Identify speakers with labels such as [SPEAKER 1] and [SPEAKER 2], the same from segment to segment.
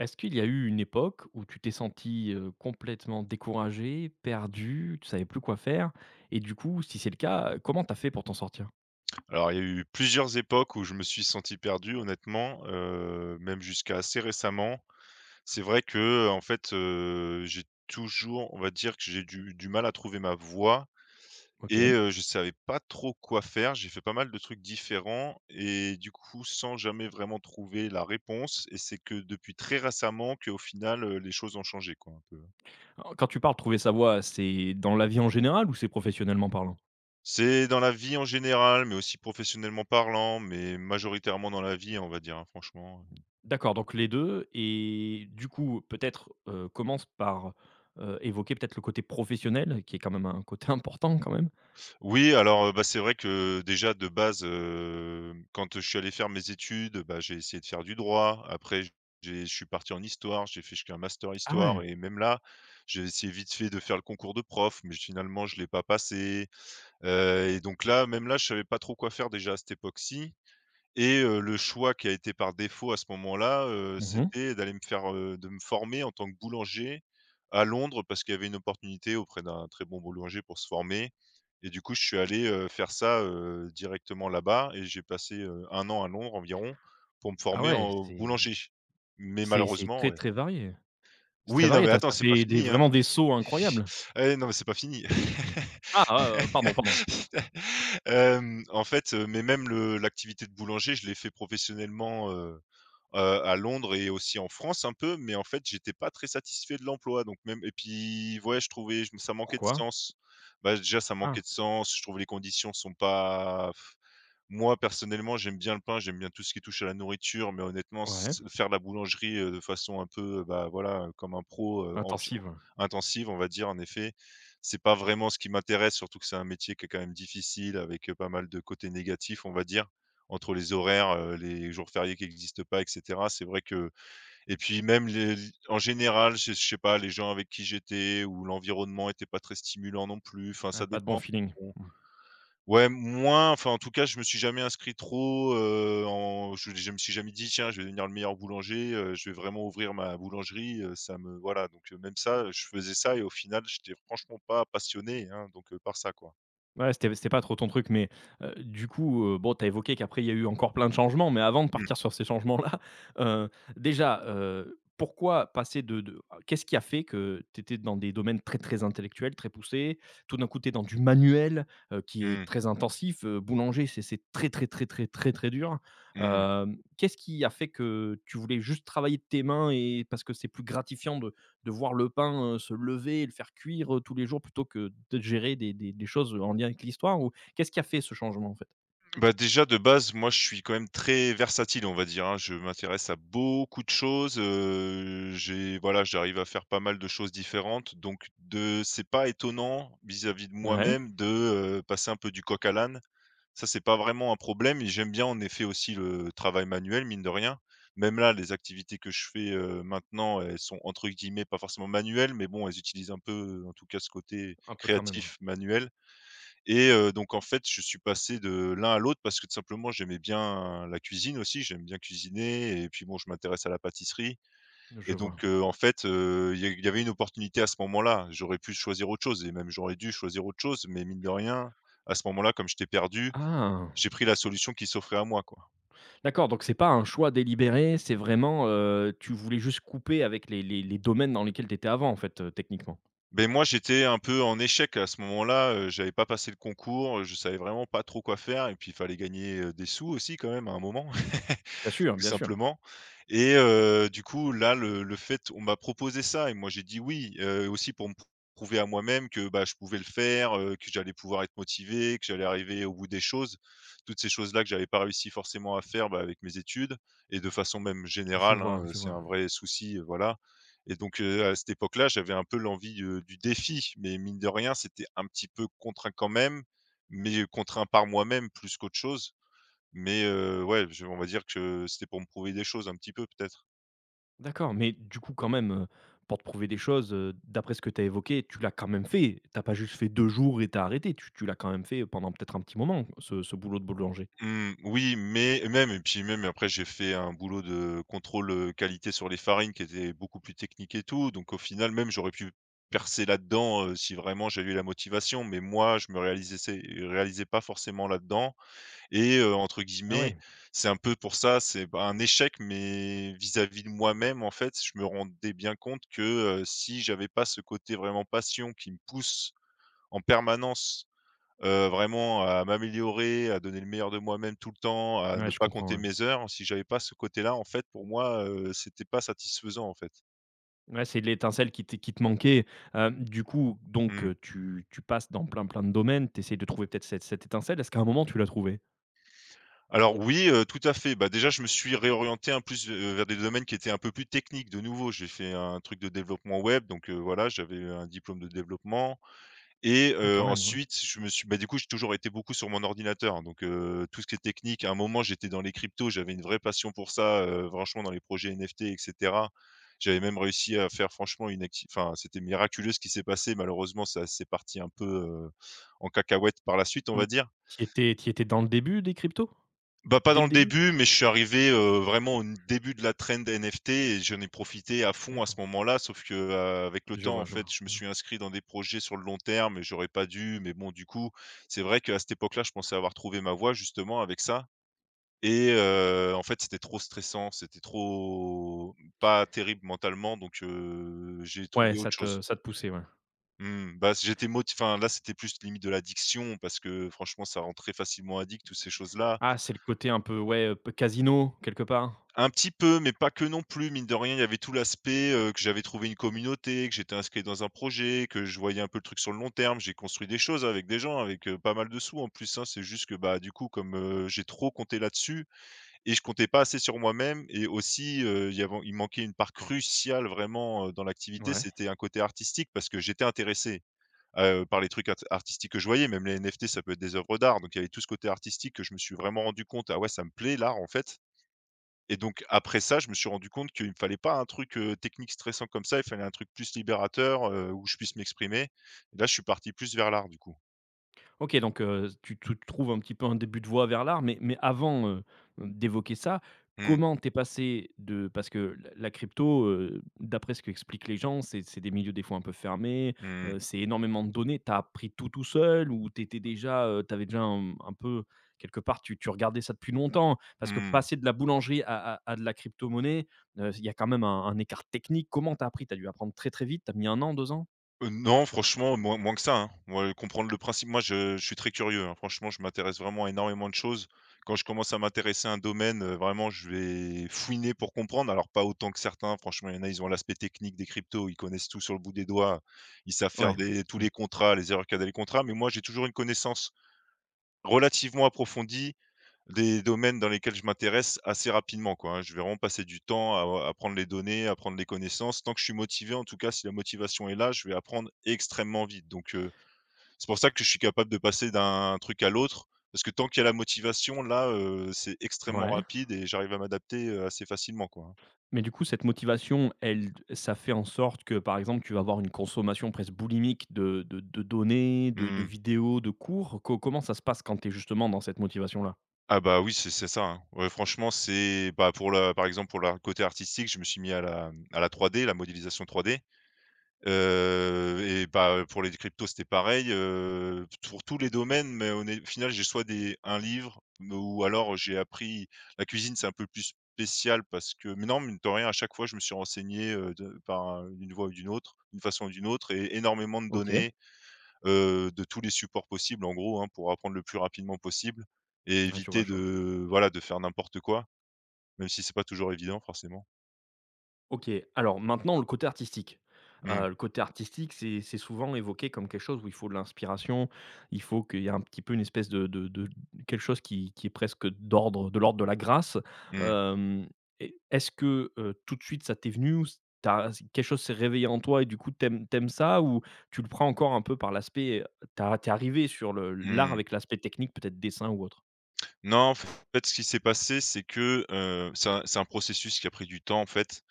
[SPEAKER 1] Est-ce qu'il y a eu une époque où tu t'es senti complètement découragé, perdu, tu savais plus quoi faire? Et du coup, si c'est le cas, comment t'as fait pour t'en sortir?
[SPEAKER 2] Alors, il y a eu plusieurs époques où je me suis senti perdu honnêtement, même jusqu'à assez récemment. C'est vrai que, en fait, j'ai toujours, on va dire que j'ai du mal à trouver ma voie
[SPEAKER 1] OK.
[SPEAKER 2] et je savais pas trop quoi faire. J'ai fait pas mal de trucs différents et du coup, sans jamais vraiment trouver la réponse, et c'est que depuis très récemment qu'au final, les choses ont changé quoi un peu.
[SPEAKER 1] Alors quand tu parles trouver sa voie, c'est dans la vie en général ou c'est professionnellement parlant?
[SPEAKER 2] C'est dans la vie en général, mais aussi professionnellement parlant, mais majoritairement dans la vie, on va dire, hein, franchement.
[SPEAKER 1] D'accord, donc les 2. Et du coup, peut-être, commence par, évoquer peut-être le côté professionnel qui est quand même un côté important quand même?
[SPEAKER 2] Oui, alors, bah, c'est vrai que déjà de base, quand je suis allé faire mes études, bah, j'ai essayé de faire du droit. Après j j'ai je suis parti en histoire, j'ai fait jusqu'à un master
[SPEAKER 1] Ah ouais.
[SPEAKER 2] histoire et même là, j'ai essayé vite fait de faire le concours de prof, mais finalement je l'ai pas passé, et donc là, même là, je savais pas trop quoi faire déjà à cette époque-ci et le choix qui a été par défaut à ce moment-là,
[SPEAKER 1] Mmh.
[SPEAKER 2] c'était d'aller de me former en tant que boulanger à Londres parce qu'il y avait une opportunité auprès d'un très bon boulanger pour se former. Et du coup, je suis allé, faire ça, directement là-bas et j'ai passé, un an à Londres environ pour me
[SPEAKER 1] Ah
[SPEAKER 2] former
[SPEAKER 1] ouais,
[SPEAKER 2] en
[SPEAKER 1] c'est
[SPEAKER 2] boulanger. Mais
[SPEAKER 1] c'est c'est
[SPEAKER 2] malheureusement,
[SPEAKER 1] très,
[SPEAKER 2] ouais.
[SPEAKER 1] très varié. C'est très
[SPEAKER 2] Oui, non,
[SPEAKER 1] varié.
[SPEAKER 2] mais
[SPEAKER 1] T'as
[SPEAKER 2] attends,
[SPEAKER 1] t'as
[SPEAKER 2] c'est pas
[SPEAKER 1] fait des
[SPEAKER 2] fini, hein.
[SPEAKER 1] vraiment des sauts incroyables.
[SPEAKER 2] Eh non, mais c'est pas fini.
[SPEAKER 1] Ah, pardon, pardon.
[SPEAKER 2] En fait, mais même le l'activité de boulanger, je l'ai fait professionnellement, à Londres et aussi en France un peu, mais en fait, j'étais pas très satisfait de l'emploi, donc même, et puis ouais, je trouvais je ça manquait de
[SPEAKER 1] Pourquoi?
[SPEAKER 2] sens. Bah, déjà, ça manquait
[SPEAKER 1] Ah,
[SPEAKER 2] de sens, je trouve, les conditions sont pas. Moi, personnellement, j'aime bien le pain, j'aime bien tout ce qui touche à la nourriture, mais honnêtement,
[SPEAKER 1] ouais,
[SPEAKER 2] s faire la boulangerie, de façon un peu, bah, voilà, comme un pro, en
[SPEAKER 1] intensive, ouais.
[SPEAKER 2] intensive, on va dire, en effet, c'est pas vraiment ce qui m'intéresse, surtout que c'est un métier qui est quand même difficile, avec, pas mal de côtés négatifs, on va dire, entre les horaires, les jours fériés qui n'existent pas, et cetera. C'est vrai que, et puis même les, en général, je sais pas, les gens avec qui j'étais ou l'environnement était pas très stimulant non plus, enfin
[SPEAKER 1] Ouais,
[SPEAKER 2] ça
[SPEAKER 1] pas de bon
[SPEAKER 2] dépend.
[SPEAKER 1] feeling.
[SPEAKER 2] Bon,
[SPEAKER 1] Mmh.
[SPEAKER 2] ouais, moins, enfin, en tout cas, je me suis jamais inscrit trop, en je me suis jamais dit: «Tiens, je vais devenir le meilleur boulanger, je vais vraiment ouvrir ma boulangerie», ça me voilà, donc même ça, je faisais ça et au final, j'étais franchement pas passionné, hein, donc par ça, quoi.
[SPEAKER 1] Ouais, c'était pas trop ton truc, mais, du coup, bon, t'as évoqué qu'après il y a eu encore plein de changements, mais avant de
[SPEAKER 2] Mmh.
[SPEAKER 1] partir sur ces changements-là, heu, déjà, pourquoi passer de ah, qu'est-ce qui a fait que t'étais dans des domaines très, très intellectuels, très poussés, tout d'un coup t'es dans du manuel, qui est
[SPEAKER 2] Mmh.
[SPEAKER 1] très intensif, boulanger c'est très, très, très, très, très, très dur.
[SPEAKER 2] Mmh.
[SPEAKER 1] Hem, qu'est-ce qui a fait que tu voulais juste travailler de tes mains et parce que c'est plus gratifiant de voir le pain, se lever et le faire cuire, tous les jours plutôt que de gérer des choses, en lien avec l'histoire ou qu'est-ce qui a fait ce changement, en fait?
[SPEAKER 2] Bah, déjà, de base, moi, je suis quand même très versatile, on va dire, hein. Je m'intéresse à beaucoup de choses, j'ai voilà, j'arrive à faire pas mal de choses différentes, donc de c'est pas étonnant vis-à-vis de
[SPEAKER 1] Ouais.
[SPEAKER 2] moi-même de, passer un peu du coq à l'âne. Ça, c'est pas vraiment un problème, et j'aime bien en effet aussi le travail manuel, mine de rien. Même là, les activités que je fais, maintenant, elles sont entre guillemets «pas forcément manuelles», mais bon, elles utilisent un peu, en tout cas, ce côté
[SPEAKER 1] Un peu quand même, ouais,
[SPEAKER 2] créatif manuel et donc en fait, je suis passé de l'un à l'autre parce que tout simplement, j'aimais bien la cuisine aussi, j'aime bien cuisiner et puis bon, je m'intéresse à la pâtisserie.
[SPEAKER 1] je
[SPEAKER 2] Et donc
[SPEAKER 1] vois.
[SPEAKER 2] en fait, il y avait une opportunité à ce moment-là. J'aurais pu choisir autre chose, et même j'aurais dû choisir autre chose, mais mine de rien, à ce moment-là, comme j'étais perdu,
[SPEAKER 1] Ah!
[SPEAKER 2] j'ai pris la solution qui s'offrait à moi, quoi.
[SPEAKER 1] D'accord, donc c'est pas un choix délibéré, c'est vraiment, tu voulais juste couper avec les domaines dans lesquels tu étais avant, en fait, techniquement?
[SPEAKER 2] Ben moi, j'étais un peu en échec à ce moment-là, j'avais pas passé le concours, je savais vraiment pas trop quoi faire, et puis il fallait gagner, des sous aussi, quand même, à un moment.
[SPEAKER 1] Bien sûr,
[SPEAKER 2] Tout
[SPEAKER 1] bien sûr.
[SPEAKER 2] simplement. Et du coup, là, le fait on m'a proposé ça et moi j'ai dit: «Oui», aussi pour me prouver à moi-même que, bah, je pouvais le faire, que j'allais pouvoir être motivé, que j'allais arriver au bout des choses. Toutes ces choses-là que j'avais pas réussi forcément à faire, bah, avec mes études et de façon même
[SPEAKER 1] Je
[SPEAKER 2] générale,
[SPEAKER 1] vois,
[SPEAKER 2] hein,
[SPEAKER 1] je
[SPEAKER 2] c'est
[SPEAKER 1] vois.
[SPEAKER 2] un vrai souci, voilà. Et donc à cette époque-là, j'avais un peu l'envie, du défi, mais mine de rien, c'était un petit peu contraint quand même, mais contraint par moi-même plus qu'autre chose. Mais ouais, je on va dire que c'était pour me prouver des choses un petit peu, peut-être?
[SPEAKER 1] D'accord, mais du coup, quand même, pour te prouver des choses, d'après ce que tu as évoqué, tu l'as quand même fait? T'as pas juste fait 2 jours et t'as arrêté, tu l'as quand même fait pendant peut-être un petit moment, ce boulot de boulanger?
[SPEAKER 2] Mmh, oui, mais même, et puis même après, j'ai fait un boulot de contrôle, qualité sur les farines, qui était beaucoup plus technique et tout, donc au final, même j'aurais pu percer là-dedans, si vraiment j'avais eu la motivation, mais moi je me réalisais, c'est, réalisais pas forcément là-dedans, et entre
[SPEAKER 1] Ah
[SPEAKER 2] guillemets,
[SPEAKER 1] ouais,
[SPEAKER 2] c'est un peu pour ça, c'est, bah, un échec, mais vis-à-vis de moi-même, en fait, je me rendais bien compte que, si j'avais pas ce côté vraiment passion qui me pousse en permanence, vraiment à m'améliorer, à donner le meilleur de moi-même tout le temps, à
[SPEAKER 1] ouais,
[SPEAKER 2] ne
[SPEAKER 1] je
[SPEAKER 2] pas
[SPEAKER 1] comprends,
[SPEAKER 2] compter
[SPEAKER 1] ouais.
[SPEAKER 2] mes heures. Si j'avais pas ce côté-là, en fait, pour moi, c'était pas satisfaisant, en fait.
[SPEAKER 1] Ouais, c'est l'étincelle qui te manquait. Du coup, donc
[SPEAKER 2] Mmh.
[SPEAKER 1] tu passes dans plein, plein de domaines, tu essaies de trouver peut-être cette étincelle. Est-ce qu'à un moment tu l'as trouvée?
[SPEAKER 2] Alors oui, tout à fait. Bah, déjà, je me suis réorienté un plus, vers des domaines qui étaient un peu plus techniques de nouveau. J'ai fait un truc de développement web, donc voilà, j'avais un diplôme de développement. Et
[SPEAKER 1] Ouais, quand même, ouais.
[SPEAKER 2] ensuite, je me suis bah, du coup, j'ai toujours été beaucoup sur mon ordinateur, hein. Donc tout ce qui est technique, à un moment, j'étais dans les cryptos, j'avais une vraie passion pour ça, franchement, dans les projets NFT, et cetera. J'avais même réussi à faire franchement une acti enfin, c'était miraculeux ce qui s'est passé. Malheureusement, ça s'est parti un peu, en cacahuète par la suite, on va
[SPEAKER 1] Mais
[SPEAKER 2] dire.
[SPEAKER 1] tu étais dans le début des cryptos?
[SPEAKER 2] Bah, pas
[SPEAKER 1] Dès
[SPEAKER 2] dans
[SPEAKER 1] le
[SPEAKER 2] le
[SPEAKER 1] début?
[SPEAKER 2] début, mais je suis arrivé, vraiment au début de la trend NFT et j'en ai profité à fond à ce
[SPEAKER 1] D'accord.
[SPEAKER 2] moment-là. Sauf que, avec le
[SPEAKER 1] Je
[SPEAKER 2] temps,
[SPEAKER 1] vois,
[SPEAKER 2] en
[SPEAKER 1] je
[SPEAKER 2] fait,
[SPEAKER 1] vois.
[SPEAKER 2] je me suis inscrit dans des projets sur le long terme et j'aurais pas dû. Mais bon, du coup, c'est vrai qu'à cette époque-là, je pensais avoir trouvé ma voie justement avec ça, et en fait, c'était trop stressant, c'était trop pas terrible mentalement, donc j'ai
[SPEAKER 1] Ouais,
[SPEAKER 2] trouvé
[SPEAKER 1] ça
[SPEAKER 2] autre
[SPEAKER 1] te
[SPEAKER 2] chose.
[SPEAKER 1] ça te poussait, ouais.
[SPEAKER 2] Mmh, bah, j'étais moti enfin, là, c'était plus limite de l'addiction parce que franchement, ça rend très facilement addict toutes ces choses-là.
[SPEAKER 1] Ah, c'est le côté un peu, ouais, p casino, quelque part?
[SPEAKER 2] Un petit peu, mais pas que non plus, mine de rien, il y avait tout l'aspect, que j'avais trouvé une communauté, que j'étais inscrit dans un projet, que je voyais un peu le truc sur le long terme. J'ai construit des choses avec des gens, avec, pas mal de sous en plus, hein. C'est juste que, bah, du coup, comme, j'ai trop compté là-dessus et je comptais pas assez sur moi-même, et aussi, il y avait il manquait une part cruciale vraiment, dans l'activité,
[SPEAKER 1] Ouais.
[SPEAKER 2] c'était un côté artistique parce que j'étais intéressé, par les trucs artistiques que je voyais. Même les NFT, ça peut être des œuvres d'art, donc il y avait tout ce côté artistique, que je me suis vraiment rendu compte: «Ah ouais, ça me plaît l'art, en fait». Et donc après ça, je me suis rendu compte qu'il me fallait pas un truc, technique stressant comme ça, il fallait un truc plus libérateur, où je puisse m'exprimer. Et là, je suis parti plus vers l'art du coup.
[SPEAKER 1] OK, donc tu trouves un petit peu un début de voie vers l'art, mais avant, d'évoquer ça,
[SPEAKER 2] Mmh.
[SPEAKER 1] comment t'es passé de parce que la crypto, d'après ce qu'expliquent les gens, c'est des milieux des fois un peu fermés,
[SPEAKER 2] Mmh mh.
[SPEAKER 1] c'est énormément de données. T'as appris tout, tout seul ou t'étais déjà, tu déjà un peu quelque part, tu regardais ça depuis longtemps? Parce que
[SPEAKER 2] Mmh.
[SPEAKER 1] passer de la boulangerie à de la crypto-monnaie, il y a quand même un écart technique. Comment t'as appris? T'as dû apprendre très, très vite? T'as mis un an, deux ans?
[SPEAKER 2] Non, franchement, moins que ça, hein. Moi, comprendre le principe, moi, je suis très curieux, hein. Franchement, je m'intéresse vraiment à énormément de choses. Quand je commence à m'intéresser à un domaine, vraiment, je vais fouiner pour comprendre. Alors pas autant que certains, franchement, il y en a, ils ont l'aspect technique des cryptos, ils connaissent tout sur le bout des doigts. Ils savent faire
[SPEAKER 1] Ouais.
[SPEAKER 2] des tous
[SPEAKER 1] Mmh.
[SPEAKER 2] les contrats, les erreurs qu'il y a dans les contrats, mais moi, j'ai toujours une connaissance relativement approfondie des domaines dans lesquels je m'intéresse assez rapidement, quoi, hein. Je vais vraiment passer du temps à prendre les données, à prendre les connaissances. Tant que je suis motivé, en tout cas, si la motivation est là, je vais apprendre extrêmement vite. Donc, c'est pour ça que je suis capable de passer d'un truc à l'autre, parce que tant qu'il y a la motivation, là, c'est extrêmement
[SPEAKER 1] Ouais.
[SPEAKER 2] rapide et j'arrive à m'adapter, assez facilement, quoi, hein.
[SPEAKER 1] Mais du coup, cette motivation, elle ça fait en sorte que, par exemple, tu vas avoir une consommation presque boulimique de données, de
[SPEAKER 2] Mmh.
[SPEAKER 1] vidéos, de cours? Co comment ça se passe quand tu es justement dans cette motivation-là?
[SPEAKER 2] Ah bah, oui, c'est ça, hein. Ouais, franchement, c'est bah, pour la par exemple, pour le côté artistique, je me suis mis à la, à la 3D, la modélisation 3D. Et bah, pour les cryptos, c'était pareil, pour tous les domaines, mais au final, j'ai soit des un livre me ou alors j'ai appris la cuisine, c'est un peu plus spécial parce que mais non, mine de rien, à chaque fois, je me suis renseigné, d'une voie ou d'une autre, d'une façon ou d'une autre et énormément de
[SPEAKER 1] OK.
[SPEAKER 2] données, de tous les supports possibles, en gros, hein, pour apprendre le plus rapidement possible et
[SPEAKER 1] Ouais, je vois,
[SPEAKER 2] éviter
[SPEAKER 1] je vois.
[SPEAKER 2] de, voilà, de faire n'importe quoi, même si c'est pas toujours évident forcément.
[SPEAKER 1] OK, alors maintenant le côté artistique.
[SPEAKER 2] Mmh.
[SPEAKER 1] Le côté artistique, c'est souvent évoqué comme quelque chose où il faut de l'inspiration, il faut qu'il y a un petit peu une espèce de quelque chose qui est presque d'ordre de l'ordre de la grâce.
[SPEAKER 2] Mmh.
[SPEAKER 1] Hem, et est-ce que, tout de suite ça t'est venu ou s tu quelque chose s'est réveillé en toi et du coup t'aimes aimes ça ou tu le prends encore un peu par l'aspect, tu arrivé sur le l'art
[SPEAKER 2] Mmh.
[SPEAKER 1] avec l'aspect technique peut-être dessin ou autre?
[SPEAKER 2] Non, en fait, ce qui s'est passé, c'est que, c'est un processus qui a pris du temps, en fait.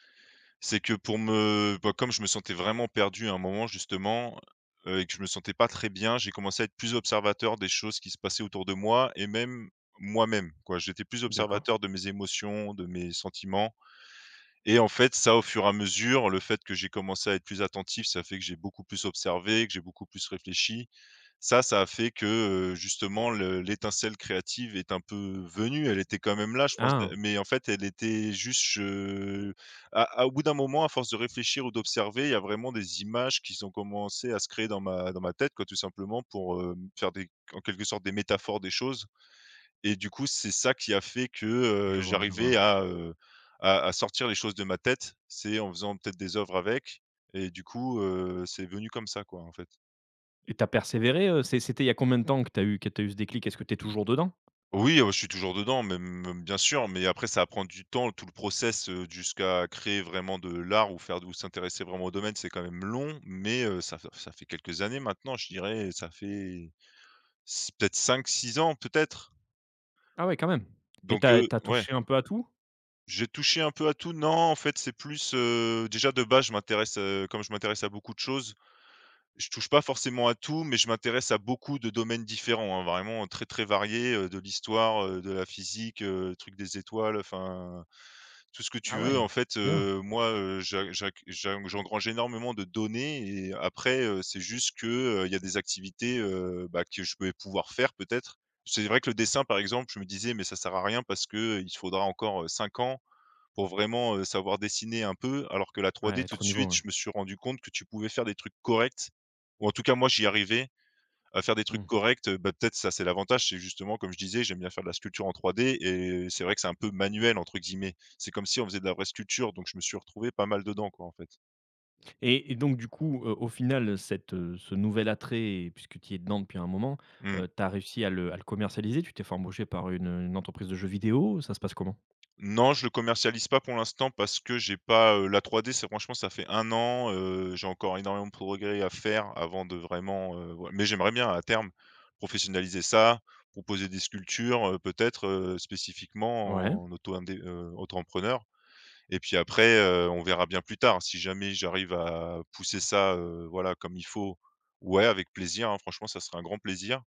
[SPEAKER 2] C'est que pour me bah, comme je me sentais vraiment perdu à un moment, justement, et que je me sentais pas très bien, j'ai commencé à être plus observateur des choses qui se passaient autour de moi et même moi-même, quoi. J'étais plus
[SPEAKER 1] D'accord.
[SPEAKER 2] observateur de mes émotions, de mes sentiments, et en fait, ça, au fur et à mesure, le fait que j'ai commencé à être plus attentif, ça fait que j'ai beaucoup plus observé, que j'ai beaucoup plus réfléchi, ça a fait que, justement le l'étincelle créative est un peu venue. Elle était quand même là, je pense,
[SPEAKER 1] Ah!
[SPEAKER 2] mais en fait, elle était juste, à au bout d'un moment, à force de réfléchir ou d'observer, il y a vraiment des images qui sont commencées à se créer dans ma tête, quoi, tout simplement pour, faire des, en quelque sorte, des métaphores des choses, et du coup, c'est ça qui a fait que,
[SPEAKER 1] Je vois, je vois.
[SPEAKER 2] j'arrivais à, sortir les choses de ma tête. C'est en faisant peut-être des œuvres avec, et du coup, c'est venu comme ça, quoi, en fait.
[SPEAKER 1] Et t'as persévéré, c'est c'était il y a combien de temps que t'as eu ce déclic? Est-ce que t'es toujours dedans?
[SPEAKER 2] Oui, je suis toujours dedans, même bien sûr, mais après ça va prendre du temps, tout le process, jusqu'à créer vraiment de l'art ou faire ou s'intéresser vraiment au domaine, c'est quand même long, mais ça fait quelques années maintenant, je dirais, ça fait s peut-être cinq, six ans peut-être?
[SPEAKER 1] Ah ouais, quand même. Et
[SPEAKER 2] Donc
[SPEAKER 1] t'as as
[SPEAKER 2] ouais,
[SPEAKER 1] touché un peu à tout?
[SPEAKER 2] j'ai touché un peu à tout. Non, en fait, c'est plus, déjà de base, je m'intéresse, comme je m'intéresse à beaucoup de choses, je touche pas forcément à tout, mais je m'intéresse à beaucoup de domaines différents, hein, vraiment très, très variés, de l'histoire, de la physique, truc des étoiles, enfin, tout ce que tu
[SPEAKER 1] Ah
[SPEAKER 2] veux.
[SPEAKER 1] ouais,
[SPEAKER 2] En fait,
[SPEAKER 1] bien.
[SPEAKER 2] moi, j'a j'ac j'en j'engrange énormément de données et après, c'est juste que, il y a des activités, bah, que je vais pouvoir faire peut-être. C'est vrai que le dessin, par exemple, je me disais: «Mais ça sert à rien parce que il faudra encore, 5 ans pour vraiment, savoir dessiner un peu, alors que la trois
[SPEAKER 1] Ouais,
[SPEAKER 2] d tout
[SPEAKER 1] être
[SPEAKER 2] de
[SPEAKER 1] au niveau,
[SPEAKER 2] suite,
[SPEAKER 1] ouais.
[SPEAKER 2] je me suis rendu compte que tu pouvais faire des trucs corrects, ou en tout cas moi j'y arrivais à faire des trucs
[SPEAKER 1] Mmh.
[SPEAKER 2] corrects, bah, peut-être ça c'est l'avantage, c'est justement comme je disais, j'aime bien faire de la sculpture en trois d et c'est vrai que c'est un peu «manuel» entre guillemets. C'est comme si on faisait de la vraie sculpture, donc je me suis retrouvé pas mal dedans, quoi, en fait.
[SPEAKER 1] Et donc du coup, au final, cette, ce nouvel attrait, puisque tu y es dedans depuis un moment,
[SPEAKER 2] Mmh.
[SPEAKER 1] tu as réussi à le commercialiser? Tu t'es fait embaucher par une entreprise de jeux vidéo? Ça se passe comment?
[SPEAKER 2] Non, je le commercialise pas pour l'instant parce que j'ai pas, la 3D, c'est franchement, ça fait un an, j'ai encore énormément de progrès à faire avant de vraiment, voi mais j'aimerais bien à terme professionnaliser ça, proposer des sculptures, peut-être,
[SPEAKER 1] Ouais,
[SPEAKER 2] spécifiquement en auto entrepreneur, et puis après, on verra bien plus tard. Si jamais j'arrive à pousser ça, voilà, comme il faut, ouais, avec plaisir, hein, franchement, ça serait un grand plaisir,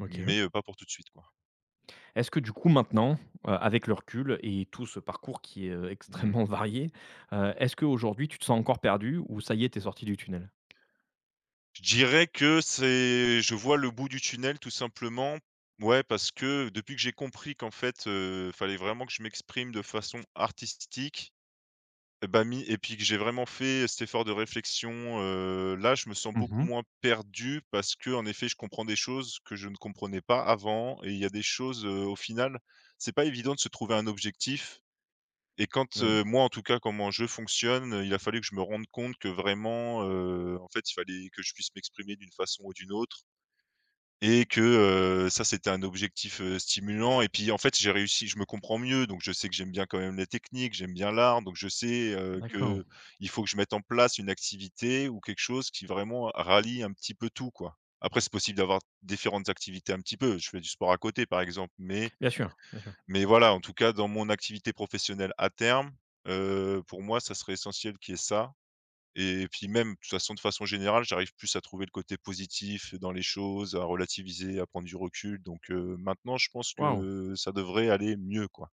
[SPEAKER 1] OK.
[SPEAKER 2] mais, pas pour tout de suite, quoi.
[SPEAKER 1] Est-ce que du coup maintenant, avec le recul et tout ce parcours qui est,
[SPEAKER 2] Mmh.
[SPEAKER 1] extrêmement varié, est-ce qu'aujourd'hui tu te sens encore perdu ou ça y est, t'es sorti du tunnel?
[SPEAKER 2] Je dirais que c'est je vois le bout du tunnel tout simplement. Ouais, parce que depuis que j'ai compris qu'en fait, fallait vraiment que je m'exprime de façon artistique, et bah, mi et puis que j'ai vraiment fait cet effort de réflexion, là, je me sens beaucoup
[SPEAKER 1] Mmh.
[SPEAKER 2] moins perdu parce que en effet, je comprends des choses que je ne comprenais pas avant et il y a des choses, au final, c'est pas évident de se trouver un objectif. Et quand,
[SPEAKER 1] Oui,
[SPEAKER 2] moi en tout cas, comment je fonctionne, il a fallu que je me rende compte que vraiment, en fait, il fallait que je puisse m'exprimer d'une façon ou d'une autre et que, ça c'était un objectif, stimulant, et puis en fait, j'ai réussi je me comprends mieux, donc je sais que j'aime bien quand même les techniques, j'aime bien l'art, donc je sais,
[SPEAKER 1] mmh, d'accord.
[SPEAKER 2] que il faut que je mette en place une activité ou quelque chose qui vraiment rallie un petit peu tout, quoi. Après c'est possible d'avoir différentes activités un petit peu, je fais du sport à côté par exemple,
[SPEAKER 1] Bien sûr, bien sûr.
[SPEAKER 2] mais voilà, en tout cas, dans mon activité professionnelle à terme, pour moi, ça serait essentiel qu'il y ait ça, et puis même, de toute façon, de façon générale, j'arrive plus à trouver le côté positif dans les choses, à relativiser, à prendre du recul, donc maintenant, je pense
[SPEAKER 1] Waouh!
[SPEAKER 2] que ça devrait aller mieux, quoi.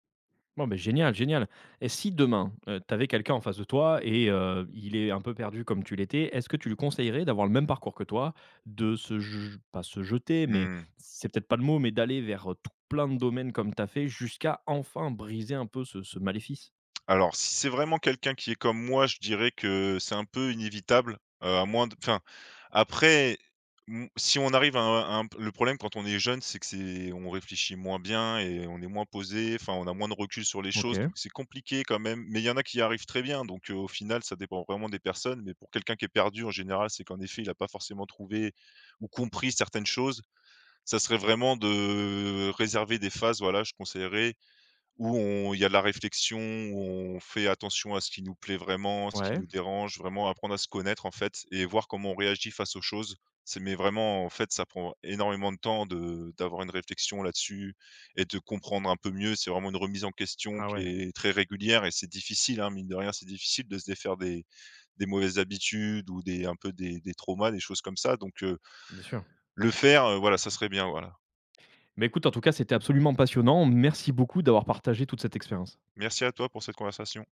[SPEAKER 1] Bon, ben génial, génial, et si demain, tu avais quelqu'un en face de toi et il est un peu perdu comme tu l'étais, est-ce que tu lui conseillerais d'avoir le même parcours que toi? De se je pas se jeter, mais
[SPEAKER 2] Mmh.
[SPEAKER 1] c'est peut-être pas le mot, mais d'aller vers, tout plein de domaines comme tu as fait jusqu'à enfin briser un peu ce maléfice?
[SPEAKER 2] Alors, si c'est vraiment quelqu'un qui est comme moi, je dirais que c'est un peu inévitable, à moins de, enfin, après, mmh, si on arrive à un le problème quand on est jeune, c'est que c'est on réfléchit moins bien et on est moins posé, enfin, on a moins de recul sur les
[SPEAKER 1] OK,
[SPEAKER 2] choses, donc c'est compliqué quand même, mais il y en a qui y arrivent très bien, donc au final, ça dépend vraiment des personnes, mais pour quelqu'un qui est perdu, en général, c'est qu'en effet, il a pas forcément trouvé ou compris certaines choses. Ça serait vraiment de réserver des phases, voilà, je conseillerais, où on il y a de la réflexion, où on fait attention à ce qui nous plaît vraiment, ce qui
[SPEAKER 1] ouais.
[SPEAKER 2] nous dérange, vraiment apprendre à se connaître en fait et voir comment on réagit face aux choses. C'est mais vraiment en fait ça prend énormément de temps de d'avoir une réflexion là-dessus et de comprendre un peu mieux. C'est vraiment une remise en question
[SPEAKER 1] Ah
[SPEAKER 2] qui
[SPEAKER 1] ouais,
[SPEAKER 2] est très régulière et c'est difficile, hein, mine de rien, c'est difficile de se défaire des mauvaises habitudes ou des un peu des traumas, des choses comme ça, donc,
[SPEAKER 1] bien sûr.
[SPEAKER 2] le faire, voilà, ça serait bien, voilà.
[SPEAKER 1] Mais écoute, en tout cas, c'était absolument passionnant. Merci beaucoup d'avoir partagé toute cette expérience.
[SPEAKER 2] Merci à toi pour cette conversation.